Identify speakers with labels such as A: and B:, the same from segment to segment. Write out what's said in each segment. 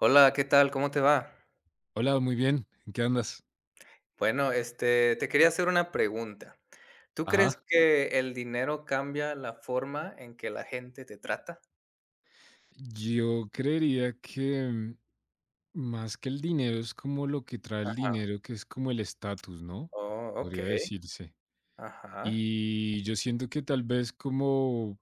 A: Hola, ¿qué tal? ¿Cómo te va?
B: Hola, muy bien. ¿En qué andas?
A: Bueno, te quería hacer una pregunta. ¿Tú crees
B: Ajá.
A: que el dinero cambia la forma en que la gente te trata?
B: Yo creería que, más que el dinero, es como lo que trae el
A: Ajá.
B: dinero, que es como el estatus, ¿no?
A: Oh, ¿ok?
B: Podría decirse.
A: Ajá.
B: Y yo siento que tal vez como,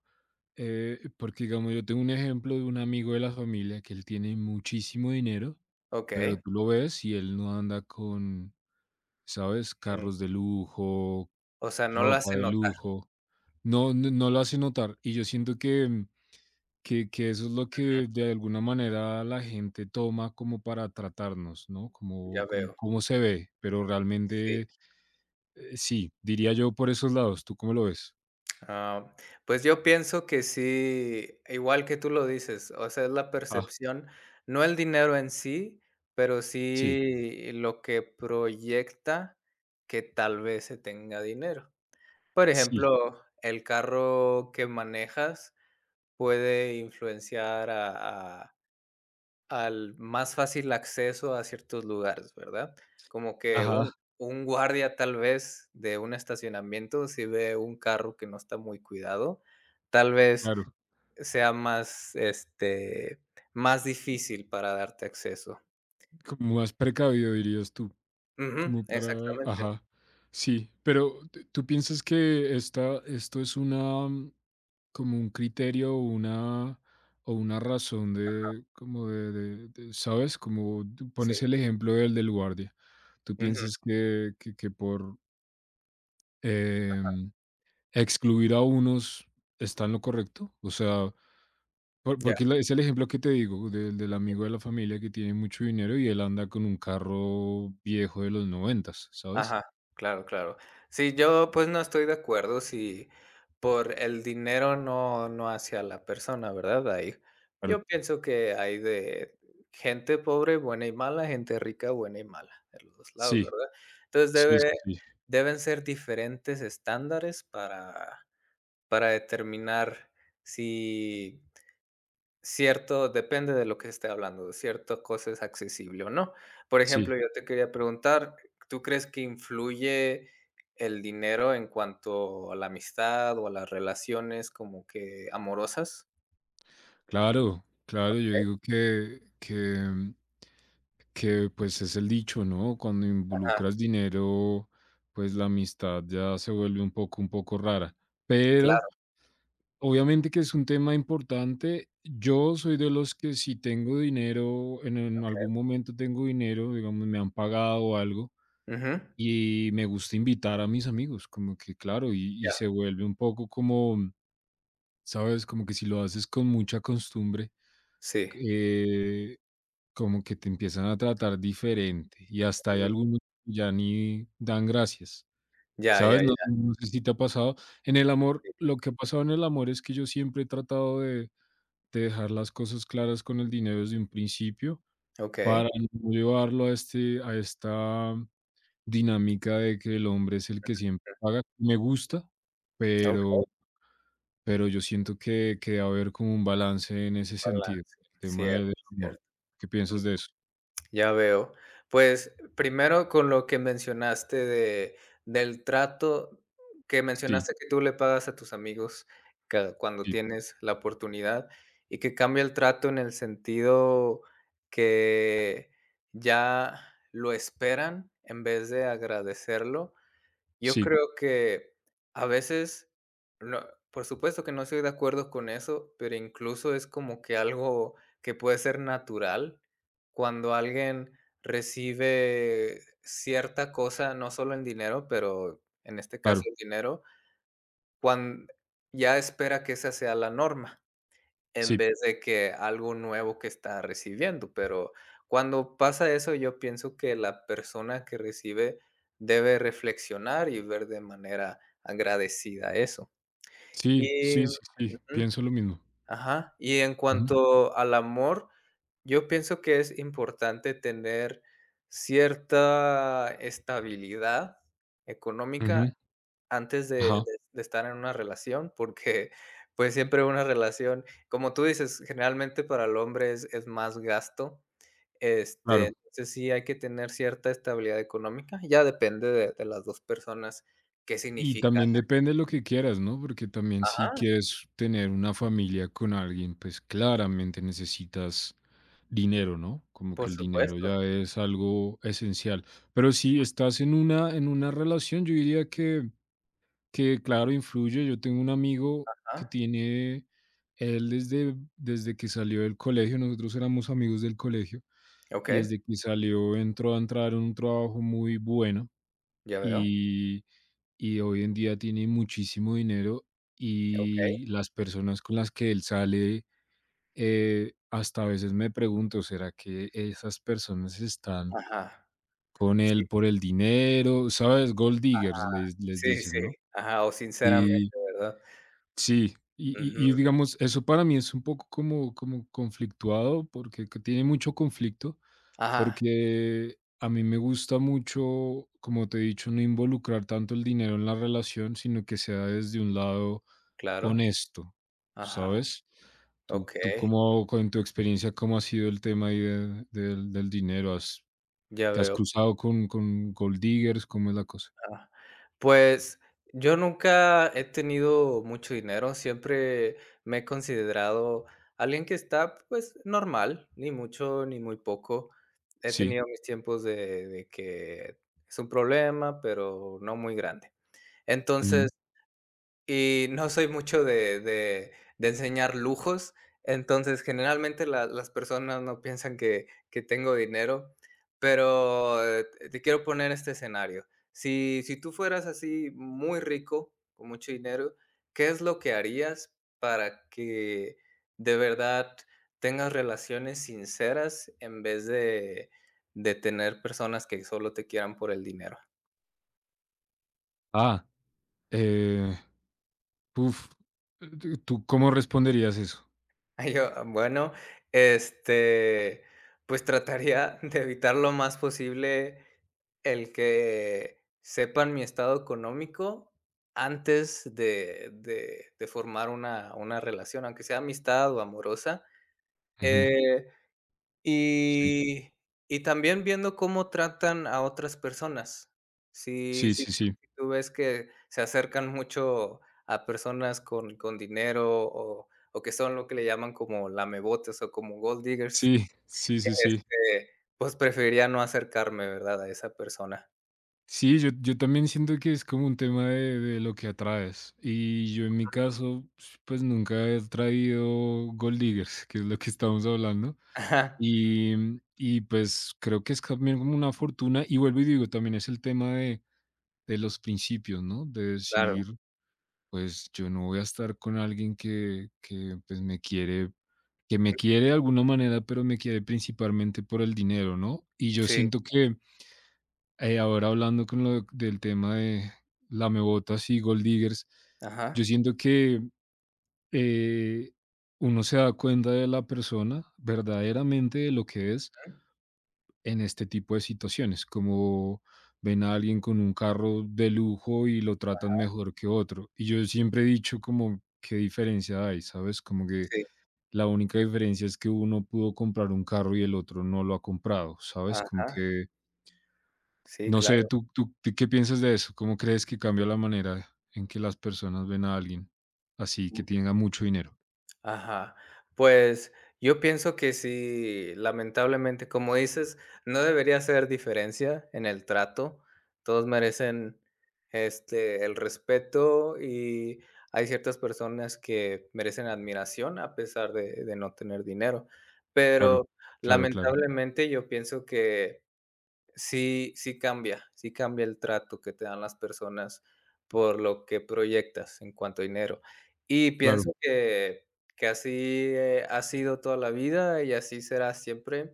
B: porque digamos, yo tengo un ejemplo de un amigo de la familia que él tiene muchísimo dinero,
A: ¿Ok?
B: pero tú lo ves y él no anda con, ¿sabes?
A: Mm.
B: Carros de lujo,
A: O sea, no lo
B: ropa
A: hace
B: de
A: notar.
B: lujo. No, no, no lo hace notar. Y yo siento que que eso es lo que de alguna manera la gente toma como para tratarnos, ¿no? Como
A: Ya
B: como
A: veo.
B: cómo se ve, pero
A: Sí.
B: realmente, sí, diría yo por esos lados. ¿Tú cómo lo ves?
A: Ah, pues yo pienso que sí, igual que tú lo dices, o sea, es la
B: Ah,
A: percepción, no el dinero en sí, pero
B: sí,
A: sí lo que proyecta que tal vez se tenga dinero. Por
B: sí,
A: ejemplo, el carro que manejas puede influenciar a al más fácil acceso a ciertos lugares, ¿verdad? Como que
B: ajá,
A: un guardia, tal vez, de un estacionamiento, si ve un carro que no está muy cuidado, tal vez
B: claro,
A: sea más, más difícil para darte acceso.
B: como más precavido dirías tú,
A: Ujú,
B: como para
A: exactamente,
B: ajá, sí, pero, ¿tú piensas que esta esto es una como un criterio o una razón de, como de, ¿sabes? Como tú pones
A: sí.
B: el ejemplo del guardia. Tú
A: Ujú.
B: piensas que por em, excluir a unos está en lo correcto. O sea, porque es el ejemplo que te digo del amigo de la familia que tiene mucho dinero y él anda con un carro viejo de los noventas, ¿sabes?
A: Ajá, claro, claro. Sí, yo pues no estoy de acuerdo si por el dinero no hacia la persona, ¿verdad? Ahí, yo
B: Claro.
A: pienso que hay de gente pobre buena y mala, gente rica buena y mala, de los 2 lados,
B: Sí,
A: ¿verdad? Entonces
B: sí,
A: debe
B: sí, sí.
A: deben ser diferentes estándares para determinar si cierto, depende de lo que se esté hablando, de cierta cosa es accesible o no. Por ejemplo,
B: Sí.
A: yo te quería preguntar, ¿tú crees que influye el dinero en cuanto a la amistad o a las relaciones como que amorosas?
B: Claro, claro, yo
A: Okey,
B: digo que, pues es el dicho, ¿no? Cuando
A: ajá,
B: involucras dinero, pues la amistad ya se vuelve un poco rara. Pero
A: claro,
B: obviamente que es un tema importante. Yo soy de los que si tengo dinero, en
A: okey.
B: algún momento tengo dinero, digamos, me han pagado algo
A: Ujú,
B: y me gusta invitar a mis amigos, como que claro, y
A: ya,
B: se vuelve un poco como, ¿sabes? Como que si lo haces con mucha costumbre
A: sí.
B: eh, como que te empiezan a tratar diferente y hasta hay
A: Mm,
B: algunos que ya ni dan gracias,
A: ya, ya,
B: ¿sabes? No,
A: ya,
B: no sé si te ha pasado. En el amor,
A: sí.
B: lo que ha pasado en el amor es que yo siempre he tratado de dejar las cosas claras con el dinero desde un principio
A: Okey,
B: para no llevarlo a, este, a esta dinámica de que el hombre es el que siempre paga. Me gusta, pero yo siento que, debe haber como un balance en ese sentido,
A: balance,
B: el tema
A: cierto,
B: del amor.
A: cierto.
B: ¿Qué piensas de eso?
A: Ya veo. Pues, primero con lo que mencionaste de del trato que
B: Sí,
A: mencionaste que tú le pagas a tus amigos ca cuando
B: sí,
A: tienes la oportunidad, y que cambia el trato en el sentido que ya lo esperan en vez de agradecerlo. Yo
B: sí,
A: creo que a veces, no, por supuesto que no estoy de acuerdo con eso, pero incluso es como que algo que puede ser natural cuando alguien recibe cierta cosa, no solo en dinero, pero en este caso
B: claro,
A: el dinero, cuando ya espera que esa sea la norma. En
B: sí,
A: vez de que algo nuevo que está recibiendo, pero cuando pasa eso, yo pienso que la persona que recibe debe reflexionar y ver de manera agradecida eso.
B: sí,
A: Y
B: sí, sí, sí,
A: ujú,
B: pienso lo mismo.
A: ajá, y en
B: Ujú,
A: cuanto al amor, yo pienso que es importante tener cierta estabilidad económica
B: ujú,
A: antes de de
B: ajá,
A: de estar en una relación, porque, pues, siempre una relación, como tú dices, generalmente para el hombre es más gasto,
B: claro.
A: entonces sí hay que tener cierta estabilidad económica, ya depende de las dos personas qué
B: Y
A: significa.
B: también depende de lo que quieras, ¿no? Porque también si quieres tener una familia con alguien, pues claramente necesitas dinero, ¿no? Como que
A: Por
B: el dinero
A: supuesto,
B: ya es algo esencial. Pero si estás en una relación, yo diría que que claro, influye. Yo tengo un amigo
A: ajá,
B: que tiene, él desde que salió del colegio, nosotros éramos amigos del colegio, y
A: okey,
B: desde que salió entró a entrar en un trabajo muy bueno
A: ya veo,
B: y, y hoy en día tiene muchísimo dinero
A: okey,
B: y las personas con las que él sale, hasta a veces me pregunto, ¿será que esas personas están
A: ajá,
B: con
A: sí,
B: él por el dinero? ¿Sabes? Gold diggers les
A: sí,
B: dicen,
A: sí,
B: ¿no?
A: ajá, o sinceramente, ¿verdad?
B: Sí, y
A: Ujú,
B: y y digamos, eso para mí es un poco como como conflictuado, porque que tiene mucho conflicto,
A: ajá,
B: porque a mí me gusta mucho, como te he dicho, no involucrar tanto el dinero en la relación, sino que sea desde un lado
A: claro,
B: honesto,
A: ajá,
B: ¿sabes? ¿Tú
A: okey,
B: cómo, con tu experiencia, cómo ha sido el tema ahí de del del dinero? ¿Has
A: ya
B: te has
A: veo.
B: cruzado con gold diggers? ¿Cómo es la cosa?
A: Ah, pues, yo nunca he tenido mucho dinero, siempre me he considerado alguien que está, pues, normal, ni mucho ni muy poco. He
B: Sí.
A: tenido mis tiempos de que es un problema, pero no muy grande.
B: Ujú.
A: Entonces y no soy mucho de de enseñar lujos, entonces, generalmente la las personas no piensan que tengo dinero, pero, te quiero poner este escenario. Si tú fueras así muy rico, con mucho dinero, ¿qué es lo que harías para que de verdad tengas relaciones sinceras en vez de tener personas que solo te quieran por el dinero?
B: Ah, eh uf, ¿tú cómo responderías eso?
A: Ah, yo, ah, bueno, este, pues trataría de evitar lo más posible el que sepan mi estado económico antes de formar una relación, aunque sea amistad o amorosa.
B: Ujú.
A: Eh,
B: Sí,
A: y y también viendo cómo tratan a otras personas. Si
B: sí,
A: si
B: sí,
A: tú
B: sí.
A: si tú ves que se acercan mucho a personas con dinero o que son lo que le llaman como lamebotes o como gold diggers,
B: Sí, sí, sí, sí.
A: este, pues, preferiría no acercarme, ¿verdad?, a esa persona.
B: Sí, yo yo también siento que es como un tema de lo que atraes. Y yo en mi caso, pues, nunca he traído gold diggers, que es lo que estamos hablando.
A: Ajá,
B: Y y, pues, creo que es también como una fortuna, y vuelvo y digo, también es el tema de los principios, ¿no? De
A: claro.
B: decir, pues, yo no voy a estar con alguien que, pues, me quiere que me
A: Mm,
B: quiere de alguna manera, pero me quiere principalmente por el dinero, ¿no? Y yo
A: sí,
B: siento que ahora hablando con del tema de lamebotas y gold diggers, yo
A: ajá,
B: siento que eh, uno se da cuenta de la persona verdaderamente de lo que es
A: mm,
B: en este tipo de situaciones, como ven a alguien con un carro de lujo y lo tratan mejor que otro. Y yo siempre he dicho como qué diferencia hay, ¿sabes? Como que
A: sí,
B: la única diferencia es que uno pudo comprar un carro y el otro no lo ha comprado, ¿sabes? Como
A: ajá,
B: que,
A: sí,
B: no sé,
A: claro,
B: ¿tú qué piensas de eso? ¿Cómo crees que cambia la manera en que las personas ven a alguien así que
A: mm.
B: tenga mucho dinero?
A: Ajá. Pues, yo pienso que sí, lamentablemente, como dices, no debería hacer diferencia en el trato. Todos merecen, el respeto, y hay ciertas personas que merecen admiración a pesar de no tener dinero.
B: Claro,
A: Pero,
B: claro, claro,
A: lamentablemente, yo pienso que sí, sí cambia el trato que te dan las personas por lo que proyectas en cuanto a dinero. Y
B: claro.
A: pienso que así ha sido toda la vida y así será siempre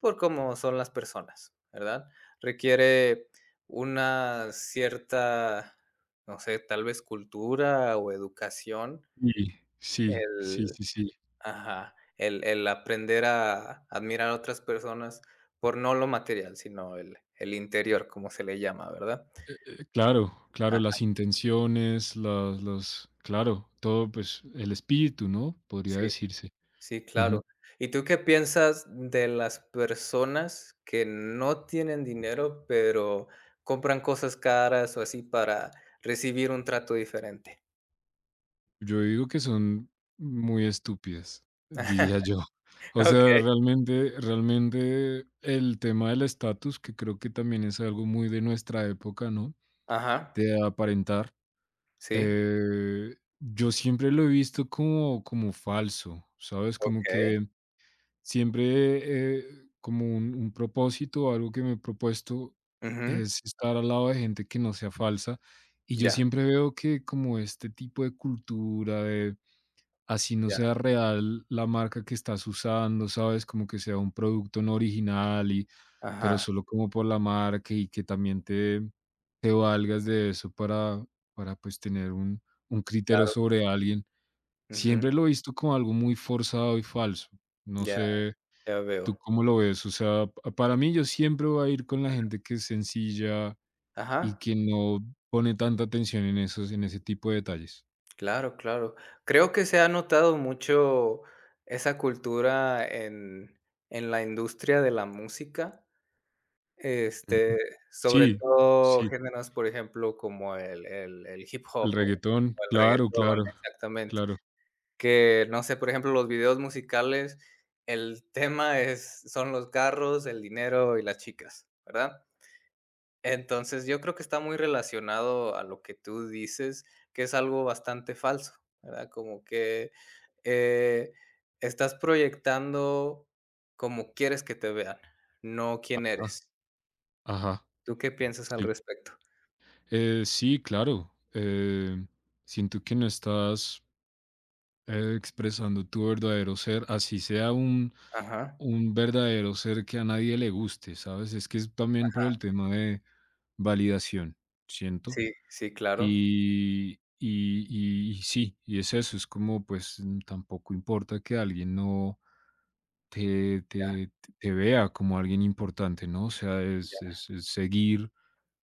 A: por cómo son las personas, ¿verdad? Requiere una cierta, no sé, tal vez cultura o educación.
B: Y sí, sí, sí, sí.
A: Ajá, el aprender a admirar a otras personas por no lo material, sino el interior, como se le llama, ¿verdad?
B: Claro, claro,
A: Ajá,
B: las intenciones, las, claro, todo, pues, el espíritu, ¿no? Podría
A: sí,
B: decirse.
A: sí, claro. ¿Y tú qué piensas de las personas que no tienen dinero, pero compran cosas caras o así para recibir un trato diferente?
B: Yo digo que son muy estúpidas, diría yo. O sea,
A: Okey.
B: realmente, realmente el tema del estatus, que creo que también es algo muy de nuestra época, ¿no?
A: Ajá,
B: De aparentar.
A: sí,
B: Yo siempre lo he visto como falso, ¿sabes? Como
A: okey.
B: que siempre, como un, propósito, o algo que me he propuesto
A: Ujú,
B: es estar al lado de gente que no sea falsa. Y yo
A: ya,
B: siempre veo que como este tipo de cultura, de así no
A: ya,
B: sea real la marca que estás usando, ¿sabes? Como que sea un producto no original y pero
A: ajá,
B: solo como por la marca y que también te valgas de eso para, pues, tener un criterio
A: claro,
B: sobre alguien.
A: ujú,
B: Siempre lo he visto como algo muy forzado y falso. No
A: ya,
B: sé,
A: ya veo.
B: ¿tú cómo lo ves? O sea, pa para mí, yo siempre voy a ir con la gente que es sencilla y
A: Ajá.
B: que no pone tanta atención en ese tipo de detalles.
A: Claro, claro. Creo que se ha notado mucho esa cultura en la industria de la música,
B: Ujú.
A: este, sobre
B: Sí,
A: todo
B: sí.
A: géneros, por ejemplo, como el hip hop
B: El reggaetón,
A: o el
B: claro,
A: reggaetón,
B: claro,
A: exactamente.
B: claro.
A: Que, no sé, por ejemplo, los videos musicales, el tema es, son los carros, el dinero y las chicas, ¿verdad? Entonces, yo creo que está muy relacionado a lo que tú dices, que es algo bastante falso, ¿verdad? Como que, eh, estás proyectando como quieres que te vean, no quién
B: Ajá,
A: eres.
B: ajá,
A: ¿Tú qué piensas al
B: sí.
A: respecto?
B: Sí, claro. Siento que no estás expresando tu verdadero ser, así sea un,
A: Ajá.
B: verdadero ser que a nadie le guste, ¿sabes? Es que es también por el tema de validación, siento.
A: Sí, sí, claro.
B: Y y sí, y es eso, es como, pues, tampoco importa que alguien no te
A: Ya,
B: te vea como alguien importante, ¿no? O sea, es
A: ya.
B: es es seguir,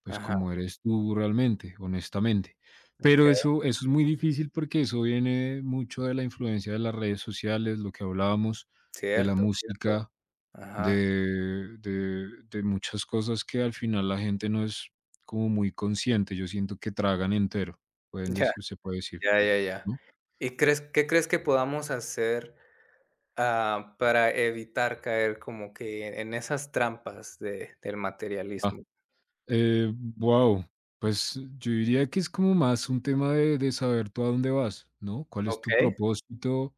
B: pues,
A: Ajá,
B: como eres tú realmente, honestamente. Pero
A: okey.
B: eso es muy difícil porque eso viene mucho de la influencia de las redes sociales, lo que hablábamos, de la
A: Cierto, cierto.
B: música
A: Ajá.
B: de muchas cosas que al final la gente no es como muy consciente. Yo siento que tragan entero, pueden
A: Ya,
B: decir, se puede decir,
A: ya, ya, ya.
B: ¿no?
A: ¿Y crees qué crees que podamos hacer ah, para evitar caer como que en esas trampas de del
B: Ah,
A: materialismo?
B: eh, wow, pues yo diría que es como más un tema de, saber tú a dónde vas, ¿no? ¿Cuál es
A: ¿Ok?
B: tu propósito?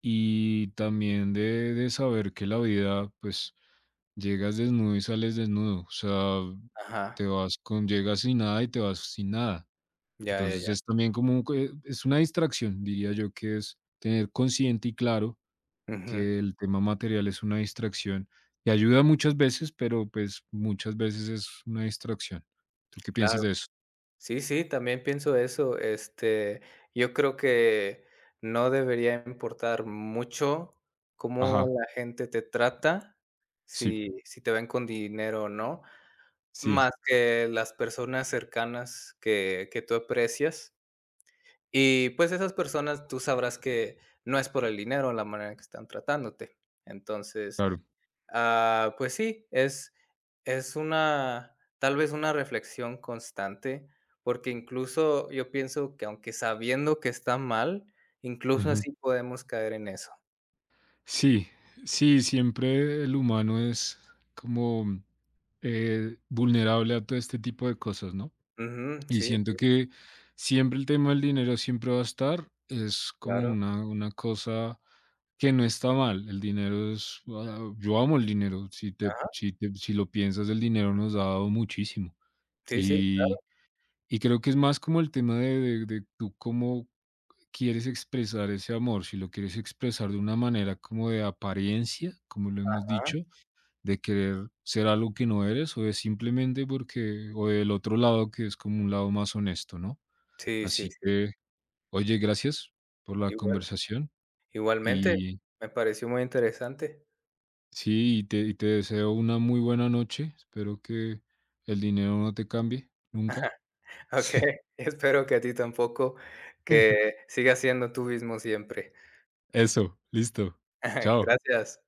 B: Y también de, saber que la vida, pues, llegas desnudo y sales desnudo. O sea,
A: Ajá.
B: llegas sin nada y te vas sin nada.
A: Ya, ya,
B: Entonces
A: ya.
B: es también como, es una distracción, diría yo, que es tener consciente y claro
A: Ujú.
B: que el tema material es una distracción y ayuda muchas veces, pero pues muchas veces es una distracción. ¿Tú qué piensas
A: Claro.
B: de eso?
A: Sí, sí, también pienso eso. Yo creo que no debería importar mucho cómo
B: Ajá,
A: la gente te trata,
B: sí,
A: si te ven con dinero o no,
B: sí,
A: más que las personas cercanas que tú aprecias. Y, pues, esas personas, tú sabrás que no es por el dinero la manera que están tratándote. Entonces,
B: claro.
A: ah, pues sí, es una, tal vez, una reflexión constante, porque incluso yo pienso que aunque sabiendo que está mal, incluso
B: Ujú.
A: así podemos caer en eso.
B: Sí, sí, siempre el humano es como vulnerable a todo este tipo de cosas, ¿no?
A: Ujú,
B: Y
A: sí,
B: siento que siempre el tema del dinero siempre va a estar, es como
A: claro.
B: una cosa que no está mal. El dinero es, ah, yo amo el dinero,
A: Ajá.
B: si lo piensas, el dinero nos ha dado muchísimo.
A: Sí, sí,
B: Y creo que es más como el tema de tú cómo quieres expresar ese amor, si lo quieres expresar de una manera como de apariencia, como lo hemos
A: ajá.
B: dicho, de querer ser algo que no eres, o es simplemente porque, o del otro lado que es como un lado más honesto, ¿no?
A: Sí, sí,
B: Así
A: sí.
B: que, oye, gracias por la
A: Igual.
B: conversación
A: Igualmente,
B: y
A: me pareció muy interesante.
B: sí, y te deseo una muy buena noche. Espero que el dinero no te cambie nunca.
A: Okey, espero que a ti tampoco, que sigas siendo tú mismo siempre.
B: Eso, listo. Chao.
A: Gracias.